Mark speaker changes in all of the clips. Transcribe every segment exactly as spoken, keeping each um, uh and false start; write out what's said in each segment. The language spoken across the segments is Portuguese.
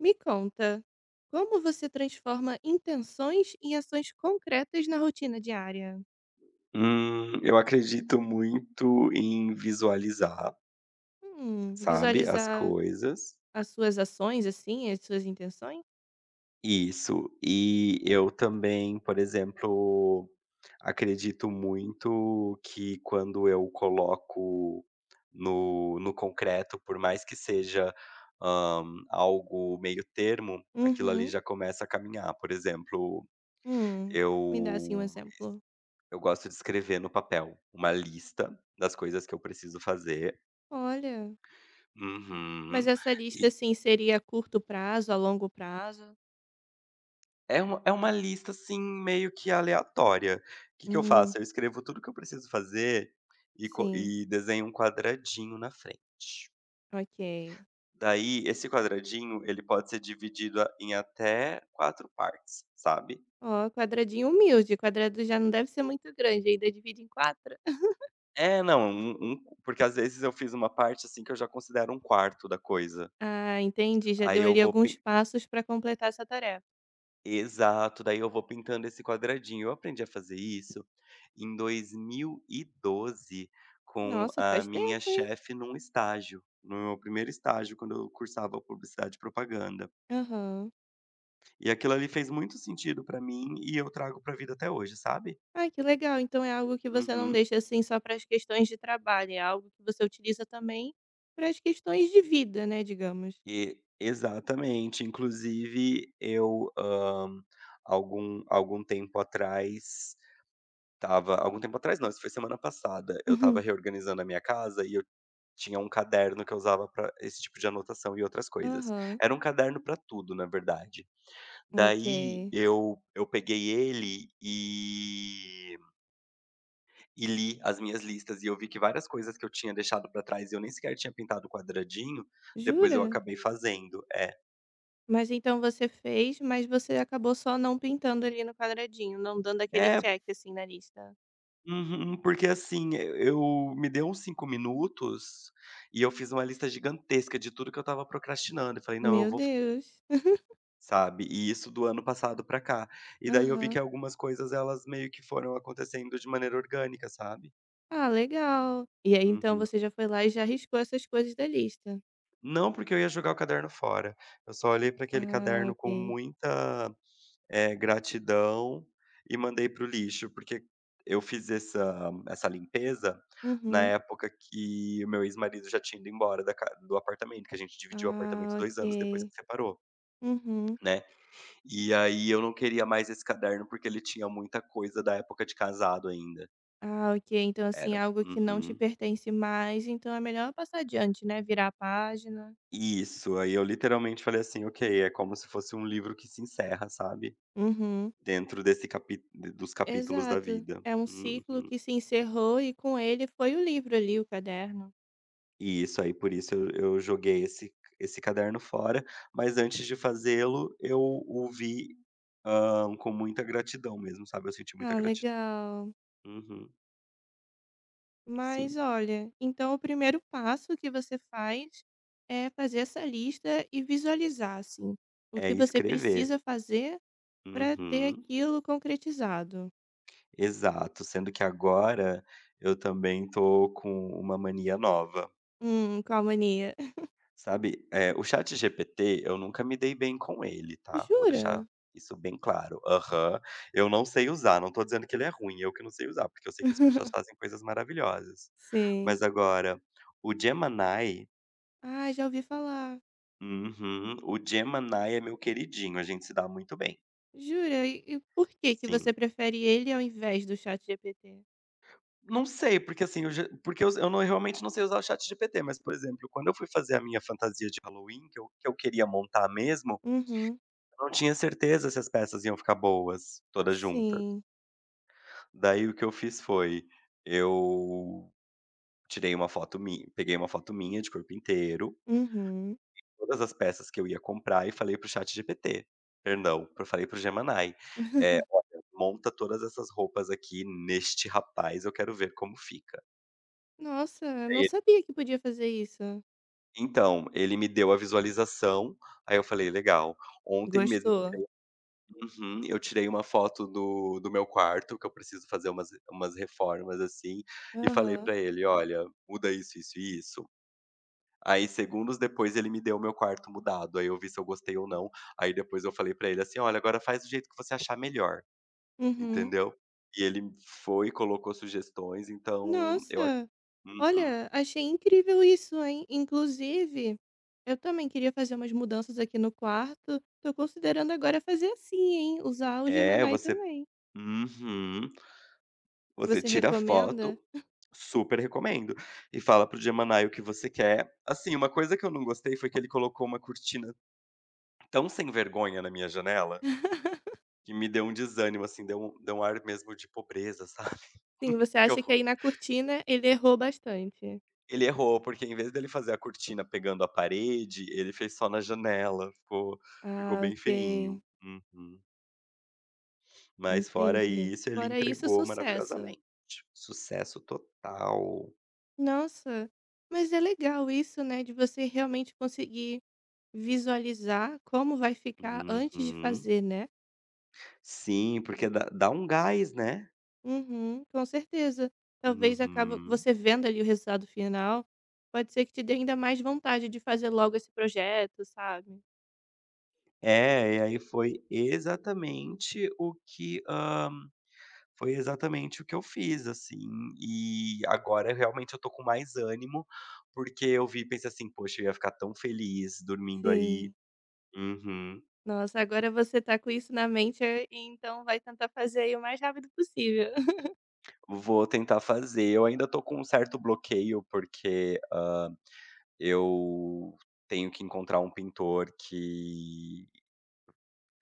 Speaker 1: Me conta, como você transforma intenções em ações concretas na rotina diária?
Speaker 2: Hum, eu acredito muito em visualizar,
Speaker 1: Hum,
Speaker 2: sabe, as
Speaker 1: visualizar
Speaker 2: coisas.
Speaker 1: as suas ações, assim, as suas intenções?
Speaker 2: Isso. E eu também, por exemplo, acredito muito que quando eu coloco no, no concreto, por mais que seja, hã, algo meio termo, aquilo ali
Speaker 1: Uhum.
Speaker 2: já começa a caminhar. Por exemplo,
Speaker 1: Hum, Me dá, assim, um
Speaker 2: eu
Speaker 1: exemplo.
Speaker 2: eu gosto de escrever no papel uma lista das coisas que eu preciso fazer.
Speaker 1: Olha, mas
Speaker 2: Uhum.
Speaker 1: essa lista,
Speaker 2: E
Speaker 1: assim, seria a curto prazo, a longo prazo?
Speaker 2: é uma é uma lista, assim, meio que aleatória. O que que eu
Speaker 1: Hum,
Speaker 2: faço? Eu escrevo tudo que eu preciso fazer e co
Speaker 1: sim,
Speaker 2: e desenho um quadradinho na frente.
Speaker 1: ok.
Speaker 2: Daí, esse quadradinho, ele pode ser dividido a em até quatro partes, sabe.
Speaker 1: Ó, quadradinho humilde, quadrado já não deve ser muito grande, ainda divide em quatro.
Speaker 2: É, não, um um porque às vezes eu fiz uma parte, assim, que eu já considero um quarto da coisa.
Speaker 1: Ah, entendi, já
Speaker 2: Aí
Speaker 1: deu
Speaker 2: eu
Speaker 1: ali
Speaker 2: vou pen
Speaker 1: alguns passos para completar essa tarefa.
Speaker 2: Exato, daí eu vou pintando esse quadradinho. Eu aprendi a fazer isso em dois mil e doze com
Speaker 1: Nossa,
Speaker 2: a
Speaker 1: faz
Speaker 2: minha
Speaker 1: tempo, hein?
Speaker 2: chefe num estágio, no meu primeiro estágio, quando eu cursava publicidade e propaganda.
Speaker 1: Aham.
Speaker 2: E aquilo ali fez muito sentido pra mim e eu trago pra vida até hoje, sabe?
Speaker 1: ah que legal. Então é algo que você não
Speaker 2: Uhum.
Speaker 1: deixa, assim, só para as questões de trabalho, é algo que você utiliza também para as questões de vida, né, digamos.
Speaker 2: E exatamente. Inclusive, eu, hã, algum algum tempo atrás, tava algum tempo atrás não, isso foi semana passada, eu estava
Speaker 1: Uhum.
Speaker 2: reorganizando a minha casa e eu tinha um caderno que eu usava pra esse tipo de anotação e outras coisas.
Speaker 1: Aham.
Speaker 2: Era um caderno pra tudo, na verdade. Daí
Speaker 1: Ok.
Speaker 2: eu eu peguei ele e e li as minhas listas e eu vi que várias coisas que eu tinha deixado pra trás e eu nem sequer tinha pintado o quadradinho, depois
Speaker 1: Jura?
Speaker 2: eu acabei fazendo. É.
Speaker 1: Mas então você fez, mas você acabou só não pintando ali no quadradinho, não dando aquele
Speaker 2: É.
Speaker 1: check, assim, na lista.
Speaker 2: Uhum, porque assim, eu eu- me deu uns cinco minutos, e eu fiz uma lista gigantesca de tudo que eu estava procrastinando, e falei: "Não, eu
Speaker 1: Meu
Speaker 2: vou f",
Speaker 1: Deus.
Speaker 2: sabe, e isso do ano passado pra cá. E daí eu vi que
Speaker 1: Aham.
Speaker 2: algumas coisas elas meio que foram acontecendo de maneira orgânica, sabe.
Speaker 1: Ah, legal. E aí então
Speaker 2: Uhum.
Speaker 1: você já foi lá e já riscou essas coisas da lista.
Speaker 2: Não, porque eu ia jogar o caderno fora, eu só olhei pra aquele
Speaker 1: Ah,
Speaker 2: caderno com
Speaker 1: ok.
Speaker 2: muita. É, gratidão, e mandei para o lixo, porque eu fiz essa essa limpeza na
Speaker 1: Uhum.
Speaker 2: época que o meu ex-marido já tinha ido embora da ca do apartamento, que a gente dividiu o apartamento
Speaker 1: Ah,
Speaker 2: dois anos depois
Speaker 1: ok.
Speaker 2: que separou,
Speaker 1: Uhum.
Speaker 2: né. E aí eu não queria mais esse caderno, porque ele tinha muita coisa da época de casado ainda.
Speaker 1: Ah, ok. Então, assim,
Speaker 2: Era.
Speaker 1: algo que não te
Speaker 2: Uhum.
Speaker 1: pertence mais, então é melhor passar adiante, né? Virar a página.
Speaker 2: Isso, aí eu literalmente falei assim: "Ok, é como se fosse um livro que se encerra, sabe,
Speaker 1: Uhum.
Speaker 2: dentro desse capi dos capítulos da
Speaker 1: Exato.
Speaker 2: vida".
Speaker 1: É um
Speaker 2: Uhum.
Speaker 1: ciclo que se encerrou e com ele foi o livro ali, o caderno.
Speaker 2: E isso aí, por isso eu eu joguei esse esse caderno fora, mas antes de fazê-lo, eu o vi, hã, com muita gratidão mesmo, sabe, eu senti muita
Speaker 1: Ah,
Speaker 2: gratidão.
Speaker 1: legal.
Speaker 2: Uhum,
Speaker 1: Mas
Speaker 2: sim.
Speaker 1: olha, então o primeiro passo que você faz é fazer essa lista e visualizar, assim, o
Speaker 2: É
Speaker 1: que você precisa
Speaker 2: escrever.
Speaker 1: fazer para ter
Speaker 2: Uhum,
Speaker 1: aquilo concretizado.
Speaker 2: exato, sendo que agora eu também tô com uma mania nova.
Speaker 1: Hum, qual mania?
Speaker 2: Sabe, eh, o ChatGPT, eu nunca me dei bem com ele, tá, vou
Speaker 1: Jura?
Speaker 2: deixar isso bem claro. Aham. Eu não sei usar, não tô dizendo que ele é ruim, eu que não sei usar, porque eu sei que as pessoas fazem coisas maravilhosas.
Speaker 1: Sim.
Speaker 2: Mas agora, o Gemini
Speaker 1: Ah, já ouvi falar.
Speaker 2: uhum. O Gemini é meu queridinho, a gente se dá muito bem,
Speaker 1: Jura? E e por que que você
Speaker 2: sim.
Speaker 1: prefere ele ao invés do Chat ChatGPT?
Speaker 2: Não sei, porque assim, eu já porque eu eu não, realmente não sei usar o chat ChatGPT, mas, por exemplo, quando eu fui fazer a minha fantasia de Halloween, que eu que eu queria montar mesmo,
Speaker 1: Uhum,
Speaker 2: eu não tinha certeza se as peças iam ficar boas, todas juntas.
Speaker 1: sim.
Speaker 2: Daí o que eu fiz foi, eu tirei uma foto minha peguei uma foto minha de corpo inteiro,
Speaker 1: Uhum.
Speaker 2: todas as peças que eu ia comprar e falei para o ChatGPT, perdão, eu falei pro Gemini, eh, "Olha, monta todas essas roupas aqui neste rapaz, eu quero ver como fica".
Speaker 1: Nossa,
Speaker 2: E
Speaker 1: não
Speaker 2: aí
Speaker 1: sabia que podia fazer isso.
Speaker 2: então, ele me deu a visualização, aí eu falei: "Legal". Ontem mesmo,
Speaker 1: Gostou?
Speaker 2: uhum, eu tirei uma foto do do meu quarto, que eu preciso fazer umas umas reformas, assim, e falei
Speaker 1: Aham.
Speaker 2: para ele: "Olha, muda isso, isso e isso". Aí segundos depois ele me deu o meu quarto mudado, aí eu vi se eu gostei ou não, aí depois eu falei pra ele assim: "Olha, agora faz do jeito que você achar melhor",
Speaker 1: Uhum.
Speaker 2: entendeu. E ele foi, colocou sugestões, então eu ac
Speaker 1: Nossa,
Speaker 2: uhum.
Speaker 1: olha, achei incrível isso, hein? Inclusive, eu também queria fazer umas mudanças aqui no quarto. Tô considerando agora fazer assim, hein? Usar o
Speaker 2: É,
Speaker 1: Gemini
Speaker 2: você
Speaker 1: também.
Speaker 2: uhum. Você
Speaker 1: Você
Speaker 2: tira
Speaker 1: recomenda?
Speaker 2: foto, super recomendo, e fala pro o Gemini o que você quer. Assim, uma coisa que eu não gostei foi que ele colocou uma cortina tão sem vergonha na minha janela, que me deu um desânimo, assim, deu um deu um ar mesmo de pobreza, sabe.
Speaker 1: Sim, você
Speaker 2: Que
Speaker 1: acha que
Speaker 2: horror.
Speaker 1: aí na cortina ele errou bastante?
Speaker 2: Ele errou, porque em vez dele fazer a cortina pegando a parede, ele fez só na janela, ficou ficou
Speaker 1: Ah,
Speaker 2: bem feinho.
Speaker 1: ok.
Speaker 2: Uhum. Mas fora
Speaker 1: Entendi.
Speaker 2: isso, ele
Speaker 1: Fora isso,
Speaker 2: entregou
Speaker 1: sucesso.
Speaker 2: maravilhosamente. Sucesso total.
Speaker 1: Nossa, mas é legal isso, né, de você realmente conseguir visualizar como vai ficar antes de
Speaker 2: Uhum.
Speaker 1: fazer, né?
Speaker 2: Sim, porque dá dá um gás, né.
Speaker 1: Uhum, com certeza. Talvez acaba
Speaker 2: Uhum.
Speaker 1: você vendo ali o resultado final, pode ser que te dê ainda mais vontade de fazer logo esse projeto, sabe?
Speaker 2: É, e aí foi exatamente o que, ah, foi exatamente o que eu fiz, assim, e agora realmente eu tô com mais ânimo, porque eu vi e pensei assim: "Poxa, eu ia ficar tão feliz dormindo aí".
Speaker 1: Sim.
Speaker 2: Uhum.
Speaker 1: Nossa, agora você tá com isso na mente, eh, então vai tentar fazer aí o mais rápido possível.
Speaker 2: Vou tentar fazer. Eu ainda tô com um certo bloqueio, porque, hã, eu tenho que encontrar um pintor que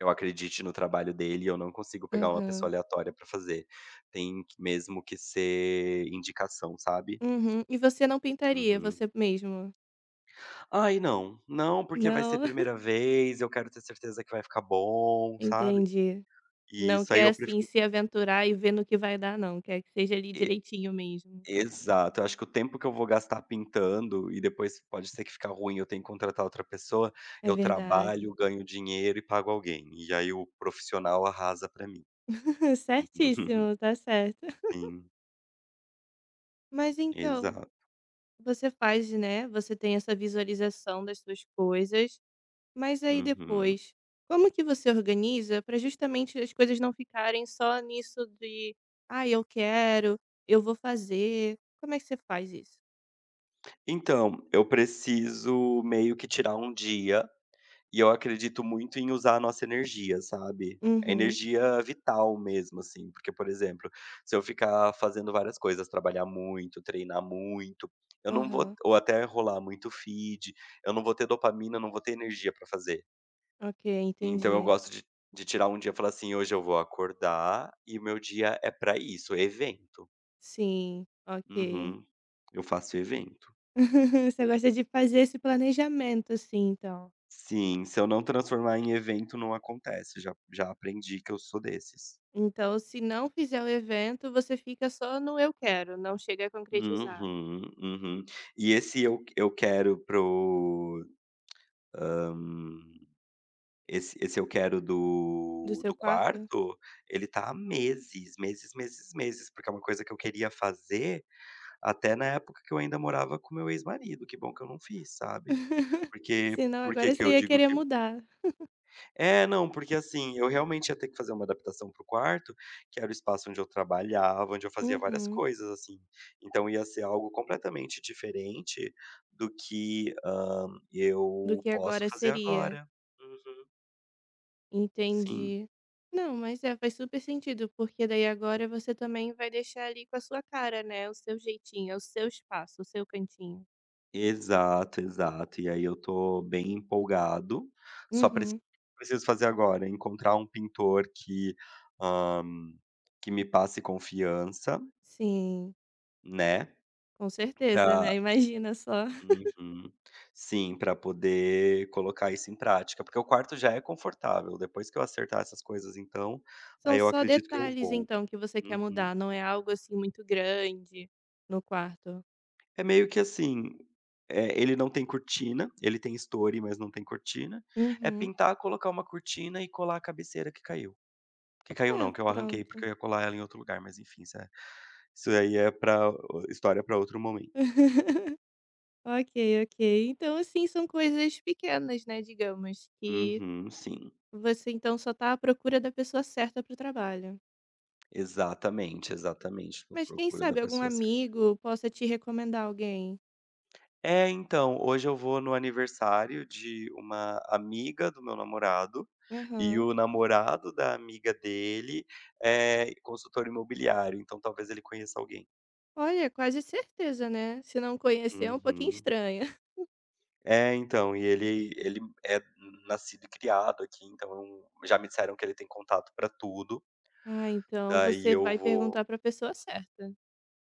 Speaker 2: eu acredite no trabalho dele, eu não consigo pegar uma pessoa
Speaker 1: Aham.
Speaker 2: aleatória pra fazer. Tem que mesmo que ser indicação, sabe?
Speaker 1: Uhum. E você não pintaria
Speaker 2: Uhum.
Speaker 1: você mesmo?
Speaker 2: Ai não, não porque vai ser
Speaker 1: Não?
Speaker 2: primeira vez, eu quero ter certeza que vai ficar bom, sabe.
Speaker 1: Entendi.
Speaker 2: E
Speaker 1: Não
Speaker 2: isso, aí
Speaker 1: quer,
Speaker 2: eu
Speaker 1: assim,
Speaker 2: prefiro.
Speaker 1: se aventurar e ver no que vai dar não, quer que seja ali
Speaker 2: E
Speaker 1: direitinho mesmo.
Speaker 2: exato, eu acho que o tempo que eu vou gastar pintando e depois pode ser que fica ruim, eu tenho que contratar outra pessoa,
Speaker 1: É
Speaker 2: eu
Speaker 1: verdade.
Speaker 2: trabalho, ganho dinheiro e pago alguém, e aí o profissional arrasa pra mim.
Speaker 1: Certíssimo, tá certo.
Speaker 2: Sim,
Speaker 1: Mas então,
Speaker 2: exato.
Speaker 1: você faz, né, você tem essa visualização das suas coisas, mas aí
Speaker 2: Uhum.
Speaker 1: depois, como que você organiza para justamente as coisas não ficarem só nisso de: ah eu quero, eu vou fazer". Como é que você faz isso?
Speaker 2: Então, eu preciso meio que tirar um dia. E eu acredito muito em usar a nossa energia, sabe. É
Speaker 1: Uhum.
Speaker 2: energia vital mesmo, assim, porque, por exemplo, se eu ficar fazendo várias coisas, trabalhar muito, treinar muito, eu não vou
Speaker 1: Aham.
Speaker 2: ou até rolar muito feed, eu não vou ter dopamina, eu não vou ter energia pra fazer.
Speaker 1: Ok,
Speaker 2: Então eu
Speaker 1: entendi.
Speaker 2: gosto de de tirar um dia e falar assim: "Hoje eu vou acordar e o meu dia é pra isso, evento".
Speaker 1: Sim, ok.
Speaker 2: Uhum. Eu faço evento.
Speaker 1: Você gosta de fazer esse planejamento, assim, então.
Speaker 2: Sim, se eu não transformar em evento, não acontece. Já já aprendi que eu sou desses.
Speaker 1: Então, se não fizer o evento, você fica só no eu quero, não chega a concretizar.
Speaker 2: Uhum, uhum. E esse eu eu quero pro o, esse esse eu quero
Speaker 1: Do
Speaker 2: do
Speaker 1: seu
Speaker 2: do
Speaker 1: quarto?
Speaker 2: quarto, ele tá há meses, meses, meses, meses, porque é uma coisa que eu queria fazer até na época que eu ainda morava com meu ex-marido, que bom que eu não fiz, sabe. Porque
Speaker 1: Senão
Speaker 2: por que
Speaker 1: agora
Speaker 2: que
Speaker 1: você
Speaker 2: eu
Speaker 1: ia
Speaker 2: digo
Speaker 1: querer
Speaker 2: que
Speaker 1: mudar.
Speaker 2: É, não, porque assim, eu realmente ia ter que fazer uma adaptação pro quarto, que era o espaço onde eu trabalhava, onde eu fazia várias
Speaker 1: Uhum.
Speaker 2: coisas, assim. Então ia ser algo completamente diferente do que, hã,
Speaker 1: Do
Speaker 2: eu
Speaker 1: que
Speaker 2: posso
Speaker 1: agora
Speaker 2: fazer
Speaker 1: seria.
Speaker 2: agora. Uhum. Sim.
Speaker 1: Entendi. Não, mas é, faz super sentido, porque daí agora você também vai deixar ali com a sua cara, né? O seu jeitinho, é o seu espaço, o seu cantinho.
Speaker 2: Exato, exato. E aí eu tô bem empolgado, só preci
Speaker 1: Uhum.
Speaker 2: preciso fazer agora, encontrar um pintor que, hã, que me passe confiança,
Speaker 1: Sim.
Speaker 2: né.
Speaker 1: Com certeza, né, imagina só.
Speaker 2: Uhum. Sim, para poder colocar isso em prática, porque o quarto já é confortável, depois que eu acertar essas coisas então,
Speaker 1: São
Speaker 2: aí eu
Speaker 1: só
Speaker 2: acredito que eu
Speaker 1: detalhes
Speaker 2: vou.
Speaker 1: então que você quer
Speaker 2: Uhum.
Speaker 1: mudar, não é algo, assim, muito grande no quarto.
Speaker 2: É meio que assim, eh, ele não tem cortina, ele tem estore, mas não tem cortina, é
Speaker 1: Uhum.
Speaker 2: pintar, colocar uma cortina e colar a cabeceira que caiu. Que caiu
Speaker 1: Ah,
Speaker 2: não, que eu arranquei, porque
Speaker 1: pronto.
Speaker 2: eu ia colar ela em outro lugar, mas enfim, isso é, isso aí é para história para outro momento.
Speaker 1: Ok, ok. Então, assim, são coisas pequenas, né, digamos, que
Speaker 2: Uhum, sim.
Speaker 1: você então só tá à procura da pessoa certa para o trabalho.
Speaker 2: Exatamente, exatamente, tô à
Speaker 1: Mas quem
Speaker 2: procura da
Speaker 1: sabe algum
Speaker 2: pessoa certa.
Speaker 1: amigo possa te recomendar alguém.
Speaker 2: É, então, hoje eu vou no aniversário de uma amiga do meu namorado, e
Speaker 1: Aham.
Speaker 2: o namorado da amiga dele é consultor imobiliário, então talvez ele conheça alguém.
Speaker 1: Olha, quase certeza, né, se não conhecer é um pouquinho
Speaker 2: Uhum.
Speaker 1: estranho.
Speaker 2: É, então, e ele ele é nascido e criado aqui, então já me disseram que ele tem contato pra tudo.
Speaker 1: Ah, então
Speaker 2: Daí
Speaker 1: você
Speaker 2: eu
Speaker 1: vai perguntar
Speaker 2: vou
Speaker 1: para pessoa certa.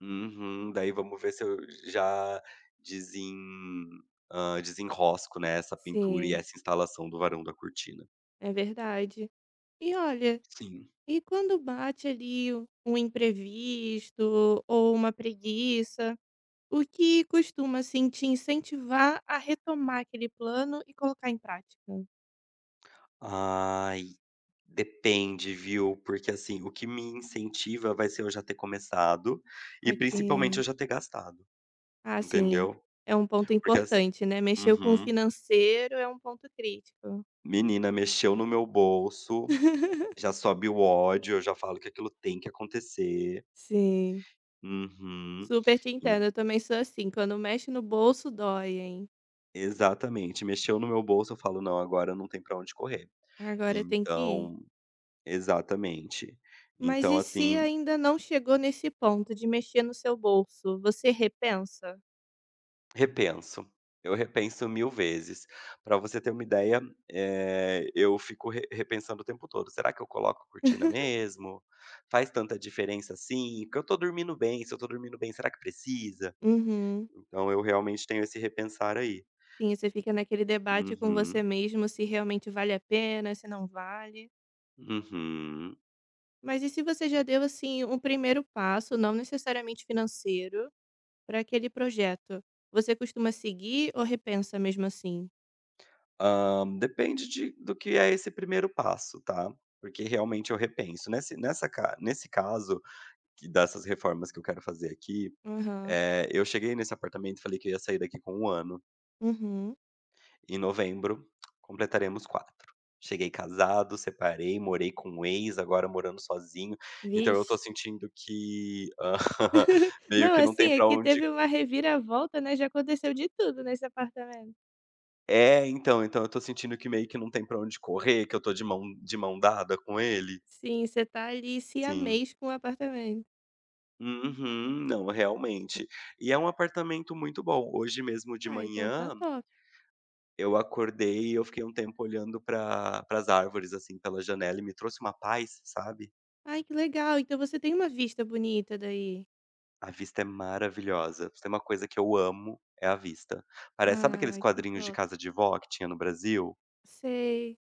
Speaker 2: Uhum. Daí vamos ver se eu já desen hã, desenrosco, né, essa pintura e
Speaker 1: Sim,
Speaker 2: essa instalação do varão da cortina.
Speaker 1: é verdade. E olha,
Speaker 2: Sim.
Speaker 1: e quando bate ali um um imprevisto ou uma preguiça, o que costuma assim te incentivar a retomar aquele plano e colocar em prática?
Speaker 2: Ai, depende, viu? Porque assim, o que me incentiva vai ser eu já ter começado e principalmente eu
Speaker 1: Ok.
Speaker 2: já ter gastado,
Speaker 1: Ah, sim,
Speaker 2: entendeu?
Speaker 1: é um ponto
Speaker 2: Porque as
Speaker 1: importante, né? Mexeu com o
Speaker 2: uhum.
Speaker 1: financeiro é um ponto crítico.
Speaker 2: Menina, mexeu no meu bolso, já sobe o ódio, eu já falo que aquilo tem que acontecer.
Speaker 1: Sim,
Speaker 2: Uhum.
Speaker 1: super te entendo.
Speaker 2: En
Speaker 1: Eu também sou assim. Quando mexe no bolso, dói, hein?
Speaker 2: Exatamente, mexeu no meu bolso, eu falo: "Não, agora não tem pra onde correr".
Speaker 1: Agora tem que ir.
Speaker 2: Então exatamente.
Speaker 1: Mas
Speaker 2: Então
Speaker 1: e se
Speaker 2: assim
Speaker 1: ainda não chegou nesse ponto de mexer no seu bolso, você repensa?
Speaker 2: Repenso. Eu repenso mil vezes. Pra você ter uma ideia, eh, eu fico re repensando o tempo todo: "Será que eu coloco a cortina mesmo? Faz tanta diferença assim? Porque eu tô dormindo bem, se eu tô dormindo bem, será que precisa?".
Speaker 1: Uhum.
Speaker 2: Então eu realmente tenho esse repensar aí.
Speaker 1: Sim, você fica naquele debate com você
Speaker 2: Uhum,
Speaker 1: mesmo se realmente vale a pena, se não vale.
Speaker 2: uhum.
Speaker 1: Mas e se você já deu assim um primeiro passo, não necessariamente financeiro, para aquele projeto? Você costuma seguir ou repensa mesmo assim?
Speaker 2: Hã, depende de do que é esse primeiro passo, tá. Porque realmente eu repenso. Nesse nessa ca Nesse caso, que dessas reformas que eu quero fazer aqui.
Speaker 1: Aham.
Speaker 2: Eh, eu cheguei nesse apartamento e falei que eu ia sair daqui com um ano.
Speaker 1: Uhum.
Speaker 2: Em novembro, completaremos quatro. Cheguei casado, separei, morei com um ex, agora morando sozinho. Então eu
Speaker 1: Vixe.
Speaker 2: tô sentindo que, meio
Speaker 1: Não,
Speaker 2: que não tem
Speaker 1: assim,
Speaker 2: pra
Speaker 1: aqui
Speaker 2: onde.
Speaker 1: teve uma reviravolta, né? Já aconteceu de tudo nesse apartamento.
Speaker 2: É, então então eu tô sentindo que meio que não tem pra onde correr, que eu tô de mão de mão dada com ele.
Speaker 1: Sim, você tá ali
Speaker 2: Sim.
Speaker 1: siamês com o apartamento.
Speaker 2: Uhum. Não, realmente. E é um apartamento muito bom. Hoje mesmo de
Speaker 1: Ah, então
Speaker 2: manhã,
Speaker 1: tá top.
Speaker 2: eu acordei e eu fiquei um tempo olhando para as árvores, assim, pela janela e me trouxe uma paz, sabe.
Speaker 1: Ai, que legal. Então você tem uma vista bonita daí.
Speaker 2: A vista é maravilhosa. Se tem uma coisa que eu amo, é a vista. Parece, sabe, aqueles
Speaker 1: Ah, que
Speaker 2: quadrinhos de
Speaker 1: top.
Speaker 2: casa de vó que tinha no Brasil?
Speaker 1: Sei.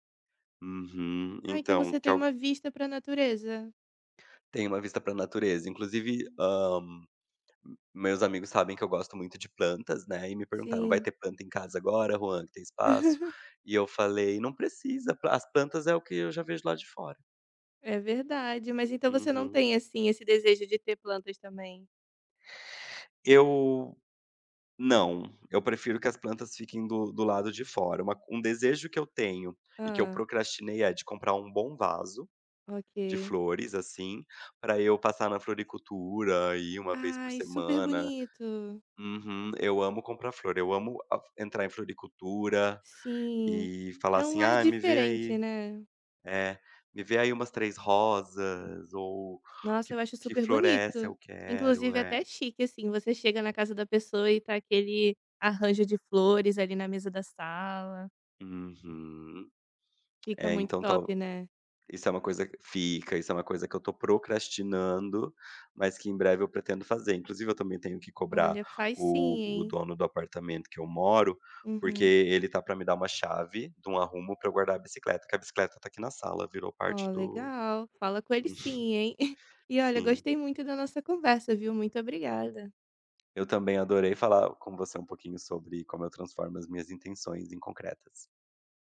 Speaker 2: Uhum.
Speaker 1: Ah, então
Speaker 2: Então,
Speaker 1: você
Speaker 2: que
Speaker 1: tem
Speaker 2: eu
Speaker 1: uma vista pra natureza.
Speaker 2: tem uma vista pra natureza. Inclusive, hã, meus amigos sabem que eu gosto muito de plantas, né, e me perguntaram: "Vai
Speaker 1: Sim.
Speaker 2: ter planta em casa agora, Juan, que tem espaço?" E eu falei: "Não precisa, pla as plantas é o que eu já vejo lá de fora".
Speaker 1: É verdade. Mas então você não
Speaker 2: Uhum.
Speaker 1: tem, assim, esse desejo de ter plantas também?
Speaker 2: Eu Não, eu prefiro que as plantas fiquem do do lado de fora. Uma um desejo que eu tenho e que eu
Speaker 1: Ah,
Speaker 2: procrastinei é de comprar um bom vaso de
Speaker 1: ok.
Speaker 2: flores, assim, para eu passar na floricultura, aí uma vez por
Speaker 1: Ai, super
Speaker 2: semana.
Speaker 1: bonito.
Speaker 2: Uhum, eu amo comprar flor, eu amo a entrar em floricultura
Speaker 1: Sim.
Speaker 2: e falar
Speaker 1: É um
Speaker 2: assim:
Speaker 1: ar
Speaker 2: "Ah, me vê
Speaker 1: diferente,
Speaker 2: aí
Speaker 1: né?
Speaker 2: é, me vê aí umas três rosas", ou
Speaker 1: Nossa,
Speaker 2: "Que
Speaker 1: eu acho
Speaker 2: que
Speaker 1: super
Speaker 2: flor é essa?
Speaker 1: bonito.
Speaker 2: Eu quero",
Speaker 1: Inclusive é
Speaker 2: é.
Speaker 1: até chique, assim, você chega na casa da pessoa e tá aquele arranjo de flores ali na mesa da sala.
Speaker 2: Uhum.
Speaker 1: Fica
Speaker 2: É,
Speaker 1: muito
Speaker 2: então
Speaker 1: top,
Speaker 2: tal
Speaker 1: né.
Speaker 2: Isso é uma coisa que fica, isso é uma coisa que eu tô procrastinando, mas que em breve eu pretendo fazer. Inclusive eu também tenho que cobrar
Speaker 1: Olha, faz sim,
Speaker 2: o o
Speaker 1: hein.
Speaker 2: dono do apartamento que eu moro, porque
Speaker 1: Uhum.
Speaker 2: ele tá pra me dar uma chave de um arrumo pra eu guardar a bicicleta, que a bicicleta tá aqui na sala, virou parte
Speaker 1: Ó,
Speaker 2: do.
Speaker 1: legal. Fala com ele sim, hein. E olha,
Speaker 2: Sim.
Speaker 1: gostei muito da nossa conversa, viu. Muito obrigada.
Speaker 2: Eu também adorei falar com você um pouquinho sobre como eu transformo as minhas intenções em concretas.